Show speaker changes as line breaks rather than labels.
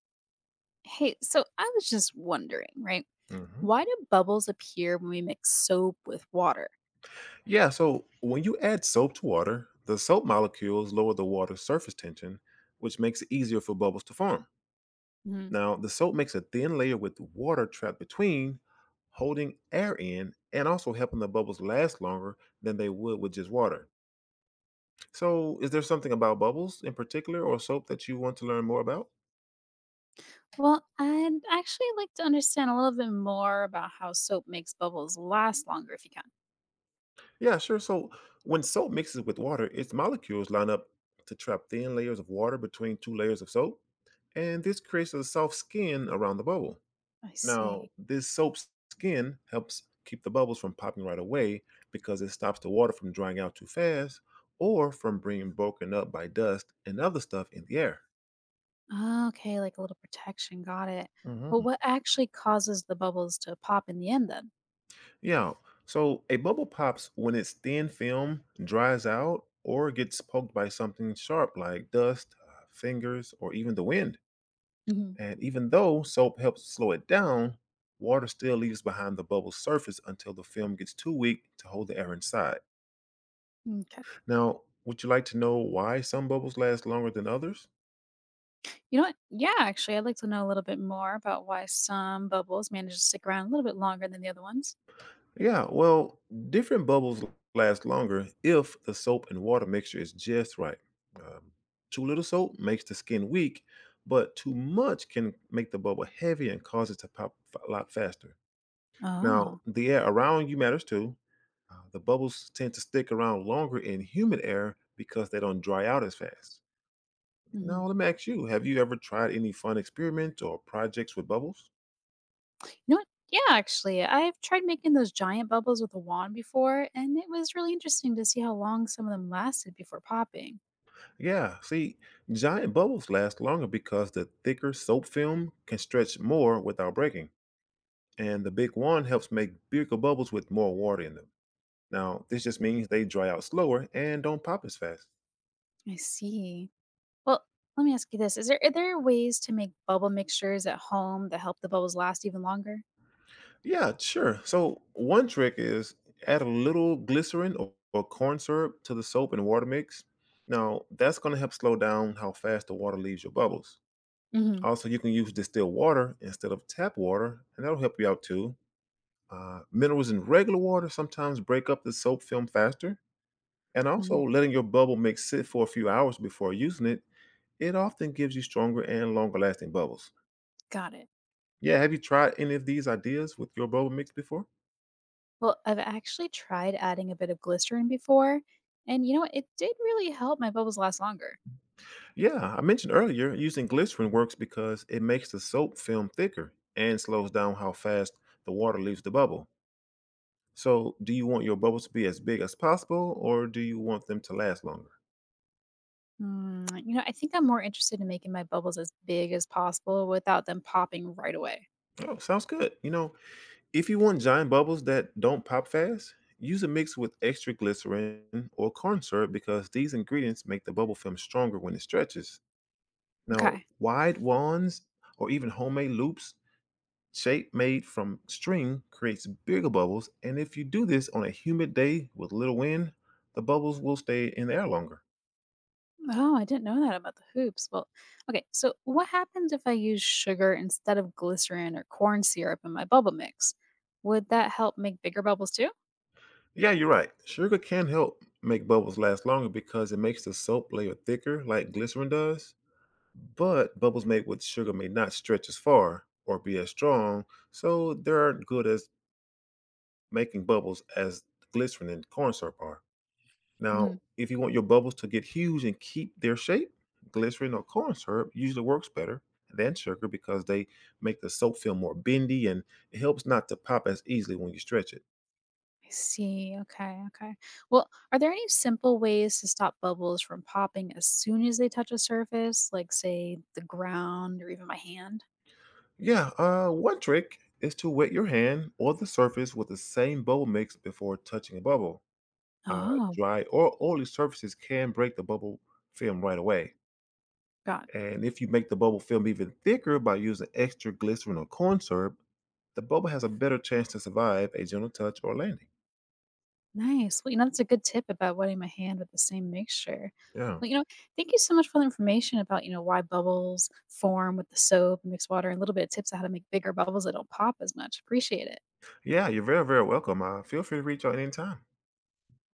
Hey, so I was just wondering, right?
Hmm.
Why do bubbles appear when we mix soap with water?
Yeah, so when you add soap to water, the soap molecules lower the water's surface tension, which makes it easier for bubbles to form.
Mhm.
Now, the soap makes a thin layer with water trapped between, holding air in and also helping the bubbles last longer than they would with just water. So, is there something about bubbles in particular or soap that you want to learn more about?
Well, I'd actually like to understand a little bit more about how soap makes bubbles last longer if you can.
Yeah, sure. So when soap mixes with water, its molecules line up to trap thin layers of water between two layers of soap, and this creates a soft skin around the bubble.
I
Now,
see.
this soap skin helps keep the bubbles from popping right away because it stops the water from drying out too fast or from being broken up by dust and other stuff in the air.
Ah, okay, like a little protection. Got it. Well,
Mhm.
what actually causes the bubbles to pop in the end then?
Yeah. So a bubble pops when its thin film dries out or gets poked by something sharp like dust, fingers, or even the wind.
Mhm.
And even though soap helps slow it down, water still leaves behind the bubble's surface until the film gets too weak to hold the air inside.
Okay.
Now, would you like to know why some bubbles last longer than others?
You know what? Yeah, actually, I'd like to know a little bit more about why some bubbles manage to stick around a little bit longer than the other ones.
Yeah, well, different bubbles last longer if the soap and water mixture is just right. Um, Too little soap makes the skin weak, but too much can make the bubble heavy and cause it to a lot faster. Now,
Oh.
the air around you matters too. The bubbles tend to stick around longer in humid air because they don't dry out as fast. Now, let me ask you, have you ever tried any fun experiments or projects with bubbles?
You know what? Yeah, actually, I've tried making those giant bubbles with a wand before, and it was really interesting to see how long some of them lasted before popping.
Yeah, see, giant bubbles last longer because the thicker soap film can stretch more without breaking, and the big wand helps make bigger bubbles with more water in them. Now, this just means they dry out slower and don't pop as fast.
I see. Well, let me ask you this: is there are there ways to make bubble mixtures at home that help the bubbles last even longer?
Yeah, sure. So, one trick is add a little glycerin or corn syrup to the soap and water mix. Now, that's going to help slow down how fast the water leaves your bubbles.
Hmm.
Also, you can use distilled water instead of tap water, and that'll help you out too. Minerals in regular water sometimes break up the soap film faster, and also
Hmm.
letting your bubble mix sit for a few hours before using it, it often gives you stronger and longer lasting bubbles.
Got it.
Yeah, have you tried any of these ideas with your bubble mix before?
Well, I've actually tried adding a bit of glycerin before, and you know what? It did really help my bubbles last longer.
Yeah, I mentioned earlier using glycerin works because it makes the soap film thicker and slows down how fast the water leaves the bubble. So, do you want your bubbles to be as big as possible or do you want them to last longer?
You know, I think I'm more interested in making my bubbles as big as possible without them popping right away.
Oh, sounds good. You know, if you want giant bubbles that don't pop fast, use a mix with extra glycerin or corn syrup because these ingredients make the bubble film stronger when it stretches. Now,
Okay.
wide wands or even homemade loops, shape made from string, creates bigger bubbles. And if you do this on a humid day with little wind, the bubbles will stay in the air longer.
Oh, I didn't know that about the hoops. Well, okay. So, what happens if I use sugar instead of glycerin or corn syrup in my bubble mix? Would that help make bigger bubbles too?
Yeah, you're right. Sugar can help make bubbles last longer because it makes the soap layer thicker, like glycerin does. But bubbles made with sugar may not stretch as far or be as strong, so they aren't good as making bubbles as glycerin and corn syrup are. Now,
Hmm.
if you want your bubbles to get huge and keep their shape, glycerin or corn syrup usually works better than sugar because they make the soap feel more bendy and it helps not to pop as easily when you stretch it.
I see. Okay. Okay. Well, are there any simple ways to stop bubbles from popping as soon as they touch a surface, like, say, the ground or even my hand?
Yeah, one trick is to wet your hand or the surface with the same bubble mix before touching a bubble. Uh,
Oh,
Dry or oily surfaces can break the bubble film right away.
got.
And if you make the bubble film even thicker by using extra glycerin or corn syrup, the bubble has a better chance to survive a gentle touch or landing.
Nice. Well, you know, that's a good tip about wetting my hand with the same mixture.
Yeah.
Well, you know, thank you so much for the information about, you know, why bubbles form with the soap and mixed water and a little bit of tips on how to make bigger bubbles that don't pop as much. Appreciate it.
Yeah, you're very, very welcome. Feel free to reach out anytime.